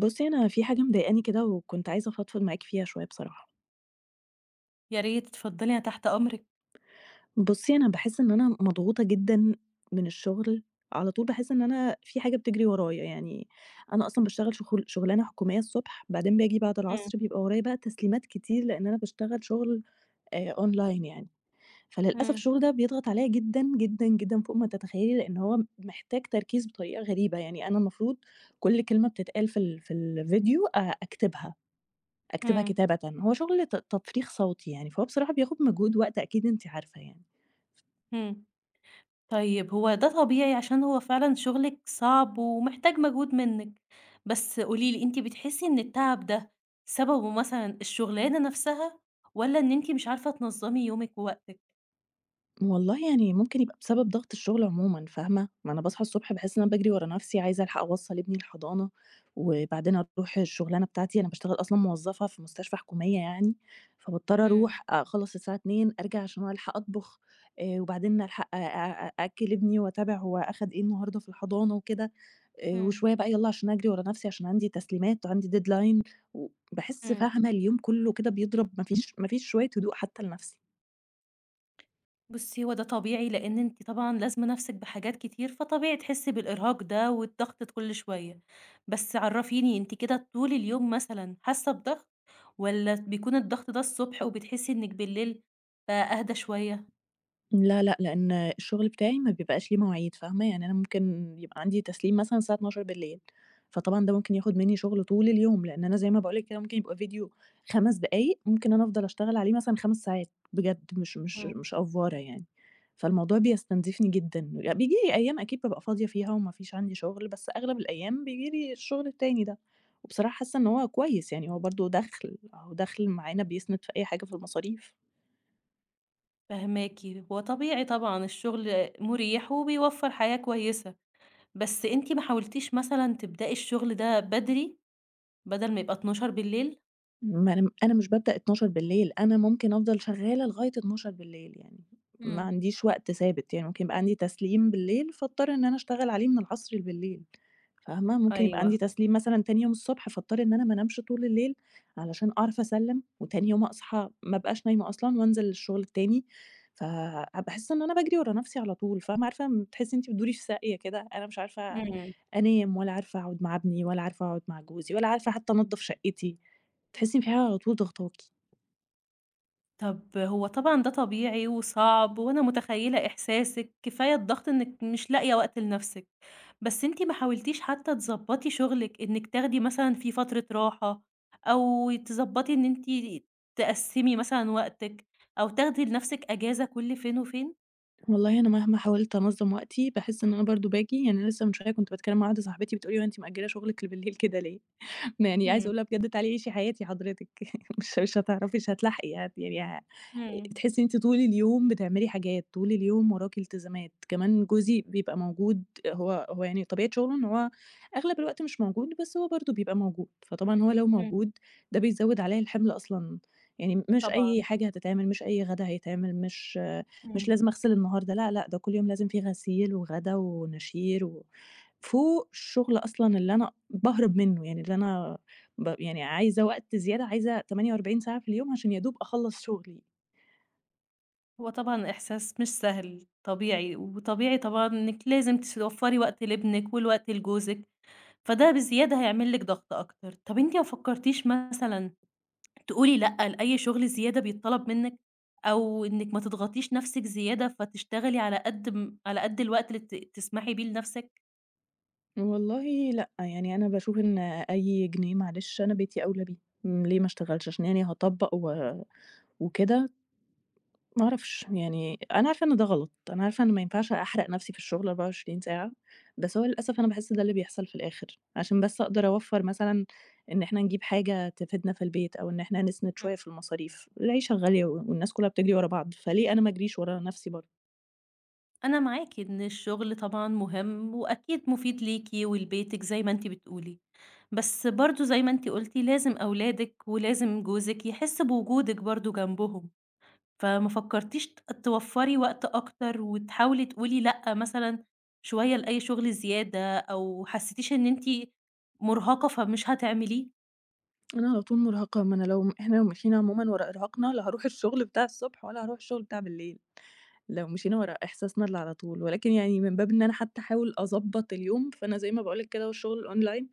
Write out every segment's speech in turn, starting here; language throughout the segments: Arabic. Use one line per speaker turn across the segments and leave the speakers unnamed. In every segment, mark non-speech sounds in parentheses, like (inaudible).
بُصّي، أنا في حاجة مضايقاني كده وكنت عايزة أفضفض معاكِ فيها شوية بصراحة.
يا ريت، اتفضلي أنا تحت أمرِك.
بُصّي، أنا باحس إن أنا مضغوطة جدًا من الشغل، على طول باحس إن أنا في حاجة بتجري ورايا، يعني أنا أصلًا باشتغل شغلانة حكومية الصبح، بعدين باجي بعد
إمم،
العصر بيبقى ورايا بقى تسليمات كتير، لإن أنا باشتغل شغل أونلاين يعني، فللأسف
إمم،
الشغل ده بيضغط عليَّ جدًا، جدًا، جدًا فوق ما تتخيلي، لإن هو محتاج تركيز بطريقة غريبة، يعني أنا المفروض كل كلمة بتتقال في الفيديو أكتبها. أكتبها
إمم،
كتابةً، هو شغل تفريغ صوتي يعني، فهو بصراحة بياخد مجهود وقت أكيد أنتِ عارفة يعني.
إمم. طيب هو ده طبيعي عشان هو فعلًا شغلِك صعب ومحتاج مجهود منِّك، بس قولي لي أنتِ بتحسي إن التعب ده سببه مثلًا الشغلانة نفسها والّا إن أنتِ مش عارفة تنظّمي يومِك ووقتِك؟
والله يعني ممكن يبقى بسبب ضغط الشغل عمومًا، فاهمة؟ ما أنا باصحى الصبح باحس إن أنا باجري ورا نفسي، عايزة ألحق أوصّل ابني الحضانة، وبعدين أروح الشغلانة بتاعتي، أنا باشتغل أصلًا موظفة في مستشفى حكومية يعني، فباضطر
إمم،
أروح أخلّص الساعة 14:00 أرجع عشان ألحق أطبخ، وبعدين ألحق أ أ أأكّل ابني وأتابع هو أخد إيه النهارده في الحضانة وكده،
إمم،
وشوية بقى يالّا عشان أجري ورا نفسي عشان عندي تسليمات وعندي deadline، وباحس
إمم.
فاهمة اليوم كله كده بيضرب ما فيش شوية هدوء حتى لنفسي.
بُصّي، هو ده طبيعي، لإن أنتِ طبعًا لازمة نَفْسِك بحاجات كتير، فطبيعي تحسّي بالإرهاق ده والضغط كُلّ شوية. بس عرّفيني أنتِ كده طول اليوم مثلًا حاسّة بضغط والّا بيكون الضغط ده الصبح وبتحسّي إنِّك بالليل بقى أهدى شوية؟
لا، لأ، لإن الشغل بتاعي ما بيبقاش ليه مواعيد فاهمة، يعني أنا ممكن يبقى عندي تسليم مثلًا الساعة 00:00، فطبعًا ده ممكن ياخد مني شغل طول اليوم، لإن أنا زي ما باقول لِك كده ممكن يبقى فيديو 5 دقايق، ممكن أنا أفضل أشتغل عليه مثلًا 5 ساعات بجد مش مش
إمم.
مش أفورة يعني، فالموضوع بيستنزفني جدًا، بييجي لي أيام أكيد بابقى فاضية فيها وما فيش عندي شغل، بس أغلب الأيام بييجي لي الشغل التاني ده، وبصراحة حاسة إن هو كويس يعني هو برضه دخْل، أهو دخْل معانا بيسند في أي حاجة في المصاريف.
فاهماكِ. هو طبيعي طبعًا الشغل مُريح وبيوفّر حياة كويسة، بس أنتِ ما حاولتيش مثلًا تبدئي الشغل ده بدري بدل ما يبقى 00:00 بالليل؟
ما أنا مش بابدأ 00:00، أنا ممكن أفضل شغّالة لغاية 00:00 يعني، ما
إمم.
عنديش وقت ثابت، يعني ممكن يبقى عندي تسليم بالليل، فاضطر إن أنا أشتغل عليه من العصر لبالليل، فاهمة؟ ممكن يبقى عندي
أيوه.
تسليم مثلًا تاني يوم الصبح، فاضطر إن أنا ما انامش طول الليل علشان أعرف أسلّم، وتاني يوم أصحى ما أبقاش نايمة أصلًا وأنزل الشغل التاني، فباحس إن أنا باجري ورا نَفْسي على طول، فاهمة؟ عارفة أمّا بتحسّي إن أنتِ بتدوري في ساقية كده، أنا مش عارفة
إمم.
أنام ولا عارفة أقعد مع ابني ولا عارفة أقعد مع جوزي ولا عارفة حتى أنضّف شقتي، تحسّي إن في حاجة على طول ضاغطاكِ.
طب هو طبعًا ده طبيعي وصعب، وأنا متخيّلة إحساسِك، كفاية الضغط إنِّك مش لاقية وقت لنَفْسِك، بس أنتِ ما حاولتيش حتى تضبّطي شغلِك، إنِّك تاخدي مثلًا فيه فترة راحة، أو تضبّطي إن أنتِ تقسّمي مثلًا وقتِك، أو تاخدي لنَفْسِك إجازة كل فين وفين؟
والله أنا مهما حاولت أنظّم وقتي باحس إن أنا برضه باجي يعني أنا لسه من شوية كنت باتكلّم مع واحدة صاحبتي بتقول لي: "هو أنتِ مأجّلة شغلِك لبليل كده ليه؟" ما يعني عايزة
إمم،
أقول لها بجد تعالي عيشي حياتي حضرتك (laughs) مش هتعرفي، مش هتلاحقي، هت يعني ه
إمم،
تحسّي إن أنتِ طول اليوم بتعملي حاجات، طول اليوم وراكِ التزامات، كمان جوزي بيبقى موجود، هو يعني طبيعة شغله إن هو أغلب الوقت مش موجود، بس هو برضه بيبقى موجود، فطبعًا هو لو
إمم،
موجود ده بيزوّد عليّا الحمل أصلًا، يعني مش
طبعًا،
أي حاجة هتتعمل، مش أي غدا هيتعمل، مش
إمم.
لازم أغسل النهارده، لأ، لأ، ده كل يوم لازم في غسيل وغدا ونشير و فوق الشغل أصلًا اللي أنا باهرب منّه، يعني اللي أنا ب يعني عايزة وقت زيادة، عايزة 48 ساعة في اليوم عشان يا دوب أخلّص شغلي.
هو طبعًا إحساس مش سهل، طبيعي، وطبيعي طبعًا إنِّك لازم توفّري وقت لابنِك والوقت لجوزِك. فده بزيادة هيعمل لِك ضغط أكتر. طب أنتِ ما فكرتيش مثلًا تقولي لأ لأي شغل زيادة بيتطلب منِّك، أو إنِّك ما تضغطيش نفسِك زيادة فتشتغلي على قد م على قد الوقت اللي تسمحي بيه لنفسِك؟
والله لأ، يعني أنا باشوف إن أي جنيه معلش أنا بيتي أولى بيه، إمم، ليه ما اشتغلش؟ عشان يعني هاطبّق وكده ما أعرفش، يعني أنا عارفة إن ده غلط، أنا عارفة إن ما ينفعش أحرق نفسي في الشغل 24 ساعة، بس هو للأسف أنا باحس ده اللي بيحصل في الآخر، عشان بس أقدر أوفّر مثلًا إن إحنا نجيب حاجة تفيدنا في البيت، أو إن إحنا نسند
إمم.
شوية في المصاريف، العيشة غالية والناس كلّها بتجري ورا بعض، فليه أنا ما أجريش ورا نفسي برضه؟
أنا معاكِ إن الشغل طبعًا مهم وأكيد مفيد ليكِ ولبيتِك زي ما أنتِ بتقولي، بس برضه زي ما أنتِ قُلتِ لازم أولادِك ولازم جوزِك يحس بوجودِك برضه جنبهم. فما فكرتيش توفّري وقت أكتر وتحاولي تقولي لأ مثلًا شوية لأي شغل زيادة أو حسّيتيش إن أنتِ مُرهقة فمش هتعمليه؟
أنا على طول مرهقة، ما أنا لو لو مشينا عمومًا ورا إرهاقنا لا هاروح الشغل بتاع الصبح ولا هاروح الشغل بتاع بالليل، لو مشينا ورا إحساسنا اللي على طول، ولكن يعني من باب إن أنا حتى أحاول أضبّط اليوم، فأنا زي ما باقول لِك كده والشغل الأونلاين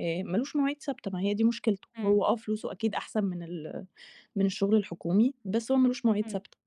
ما لوش مواعيد ثابتة، ما هي دي مشكلته،
إمم،
هو آه فلوسه أكيد أحسن من الشغل الحكومي، بس هو ما لوش مواعيد
إمم،
ثابتة.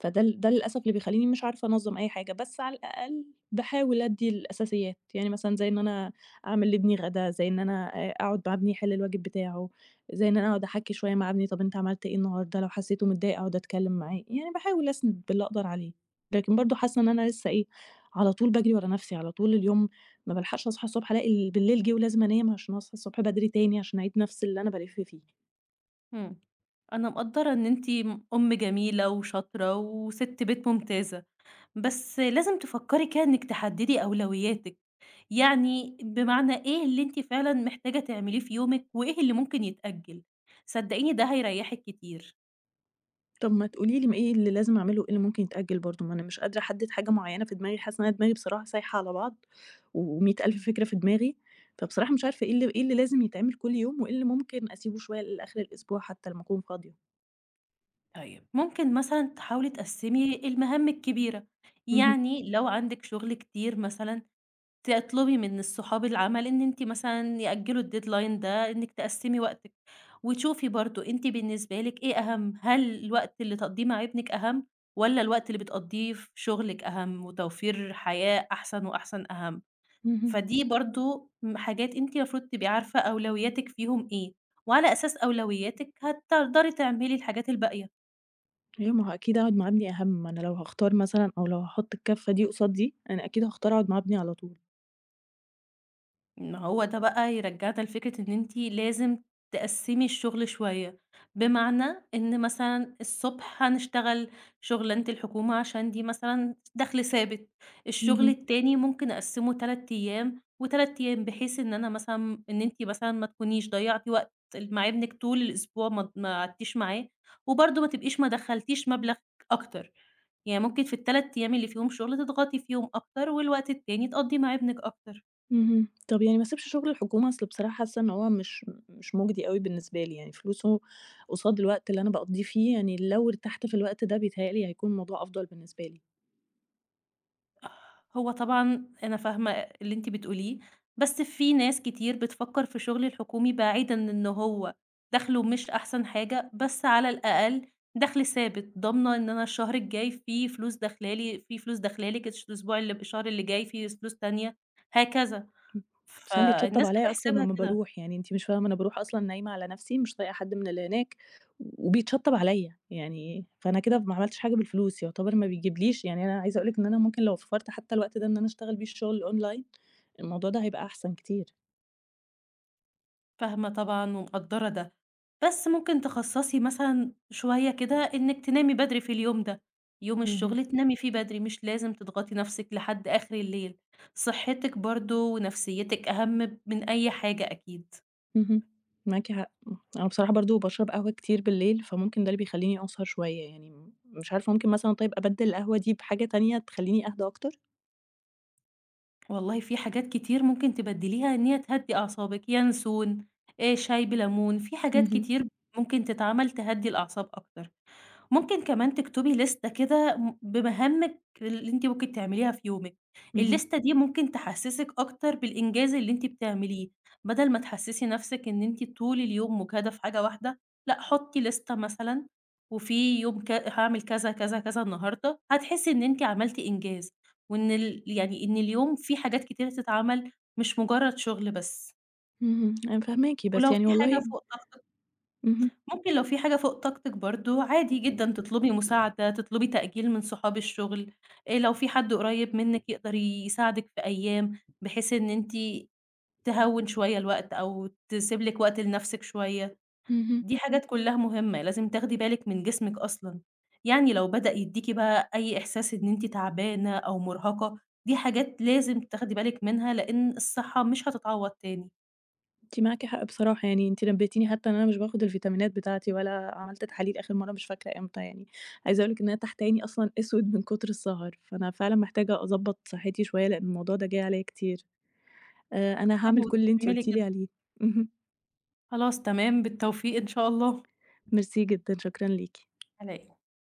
فده ال ده للأسف اللي بيخلّيني مش عارفة أنظّم أي حاجة، بس على الأقل باحاول أدّي الأساسيات، يعني مثلًا زي إن أنا أعمل لابني غدا، زي إن أنا أقعد مع ابني يحل الواجب بتاعه، زي إن أنا أقعد أحَكّي شوية مع ابني، طَب أنت عملت إيه النهارده؟ لو حسّيته متضايق أقعد أتكلّم معاه، يعني باحاول أسند باللي أقدر عليه، لكن برضه حاسّة إن أنا لسّه إيه، على طول باجري ورا نَفْسي، على طول اليوم ما بالحقش أصحى الصبح ألاقي بالليل جِه ولازم أنام عشان أصحى الصبح بدري تاني عشان أعيد نَفْس اللي أنا بالِف فيه.
إمم. أنا مقدّرة إن أنتِ أم جميلة وشاطرة وسِت بيت ممتازة، بس لازم تفكّري كده إنِّك تحدّدي أولوياتِك، يعني بمعنى إيه اللي أنتِ فعلًا محتاجة تعمليه في يومِك وإيه اللي ممكن يتأجّل، صدّقيني ده هيريّحِك كتير.
طب ما تقولي لي م إيه اللي لازم أعمله وإيه اللي ممكن يتأجل برضه؟ ما أنا مش قادرة أحدد حاجة معيّنة في دماغي، حاسة إن أنا دماغي بصراحة سايحة على بعض و100 ألف فكرة في دماغي، فبصراحة مش عارفة إيه اللي لازم يتعمل كل يوم وإيه اللي ممكن أسيبه شوية لآخر الأسبوع حتى لمّا أكون فاضية.
طيب، ممكن مثلًا تحاولي تقسّمي المهام الكبيرة،
اهم،
يعني لو عندِك شغل كتير مثلًا تطلبي من الصحاب العمل إن أنتِ مثلًا يأجّلوا الdeadline ده، إنِّك تقسّمي وقتِك، وتشوفي برضه أنتِ بالنسبة لِك إيه أهَم، هل الوقت اللي تقضّيه مع ابنِك أهَم والّا الوقت اللي بتقضّيه في شغلِك أهَم وتوفير حياة أحسن وأحسن أهَم؟
اهم.
فدي برضه حاجات أنتِ المفروض تبقي عارفة أولوياتِك فيهم إيه، وعلى أساس أولوياتِك هتقدري تعملي الحاجات الباقية.
أيوه ما هو أكيد أقعد مع ابني أهم، ما أنا لو هاختار مثلًا أو لو هاحط الكَفّة دي قصاد دي، أنا أكيد هاختار أقعد مع ابني على طول.
ما هو ده بقى يرجعنا لفكرة إن أنتِ لازم تقسّمي الشغل شوية، بمعنى إن مثلًا الصبح هنشتغل شغلانة الحكومة عشان دي مثلًا دخْل ثابت، الشغل
اهم.
التاني ممكن أقسّمه 3 أيام و3 أيام، بحيث إن أنا مثلًا إن أنتِ مثلًا ما تكونيش ضيّعتِ وقت مع ابنِك طول الأسبوع ما قعدتيش معاه، وبرضه ما تبقيش ما دخّلتيش مبلغ أكتر، يعني ممكن في ال3 أيام اللي فيهم شغل تضغطي فيهم أكتر والوقت التاني تقضّيه مع ابنِك أكتر.
اهم. طب يعني ما اسيبش شغل الحكومة؟ أصل بصراحة حاسة إن هو مش مُجدي أوي بالنسبة لي، يعني فلوسه قصاد الوقت اللي أنا باقضيه فيه، يعني لو ارتحت في الوقت ده بيتهيأ لي هيكون الموضوع أفضل بالنسبة لي،
هو طبعًا أنا فاهمة اللي أنتِ بتقوليه، بس في ناس كتير بتفكّر في الشغل الحكومي بعيدًا إن هو دخله مش أحسن حاجة، بس على الأقل دخل ثابت، ضامنة إن أنا الشهر الجاي في فلوس داخلة لي، في فلوس داخلة لِك، الشهر اللي جاي في فلوس تانية، هكذا.
بس أنا بيتشطّب
فالناس
عليّا أكتر
بتحسبها
مما
كده.
باروح، يعني أنتِ مش فاهمة أنا باروح أصلًا نايمة على نفسي، مش طايقة حد من اللي هناك، وبيتشطّب عليّا، يعني فأنا كده ما عملتش حاجة بالفلوس، يعتبر ما بيجيبليش يعني أنا عايزة أقول لِك إن أنا ممكن لو وفّرت حتى الوقت ده إن أنا أشتغل بيه الشغل الأونلاين، الموضوع ده هيبقى أحسن كتير.
فاهمة طبعًا ومقدّرة ده، بس ممكن تخصّصي مثلًا شوية كده إنِّك تنامي بدري في اليوم ده، يوم
اهم.
الشغل تنامي فيه بدري، مش لازم تضغطي نَفْسِك لحد آخر الليل، صحتِك برضه ونفسيتِك أهم من أي حاجة أكيد.
اهم، معاكِ حق، أنا بصراحة برضه باشرب قهوة كتير بالليل، فممكن ده اللي بيخلّيني أسهر شوية يعني، مش عارفة ممكن مثلًا طيب أبدِّل القهوة دي بحاجة تانية تخلّيني أهدى أكتر؟
والله في حاجات كتير ممكن تبدّليها إن هي تهدّي أعصابِك، ينسون، شاي بليمون، في حاجات
اهم،
كتير ممكن تتعمل تهدّي الأعصاب أكتر. ممكن كمان تكتبي لِستة كده بمهامِك اللي أنتِ ممكن تعمليها في يومِك،
اهم،
اللِستة دي ممكن تحسّسِك أكتر بالإنجاز اللي أنتِ بتعمليه، بدل ما تحسّسي نَفْسِك إن أنتِ طول اليوم مُجهدة في حاجة واحدة، لأ حُطّي لِستة مثلًا وفي يوم ك هاعمل كذا، كذا، كذا النهارده، هتحسّي إن أنتِ عملتِ إنجاز، وإن يعني إن اليوم فيه حاجات كتيرة تتعمل مش مُجرّد شُغل بس،
اهم، أنا فاهماكِ، بس
ولو
يعني
في حاجة
والله
فوق طاقتِك
اهم،
ممكن لو في حاجة فوق طاقتِك برضه، عادي جدًا تطلبي مساعدة، تطلبي تأجيل من صحاب الشغل، لو في حد قريب منِّك يقدر يساعدِك في أيام، بحيث إن أنتِ تهوِّن شوية الوقت أو تسيب لِك وقت لنفسِك شوية،
اهم،
دي حاجات كلها مهمة، لازم تاخدي بالِك من جسمِك أصلًا، يعني لو بدأ يدّيكِ بقى أي إحساس إن أنتِ تعبانة أو مرهقة، دي حاجات لازم تاخدي بالِك منها، لإن الصحة مش هتتعوّض تاني.
أنتِ معاكِ حق بصراحة يعني، أنتِ نبّهتيني حتى إن أنا مش باخد الفيتامينات بتاعتي ولا عملت تحاليل آخر مرة مش فاكرة إمتى يعني، عايزة أقول لِك إن أنا تحت عيني أصلًا أسود من كتر السهر، فأنا فعلًا محتاجة أضبّط صحتي شوية لإن الموضوع ده جاي عليّا كتير، أنا
حلو
هاعمل كل اللي أنتِ
تعملي
قُلتِ
كده،
لي عليه، (laughs) اهم.
خلاص تمام، بالتوفيق إن شاء الله.
ميرسي جدًا، شكرًا ليكِ.
على إيه.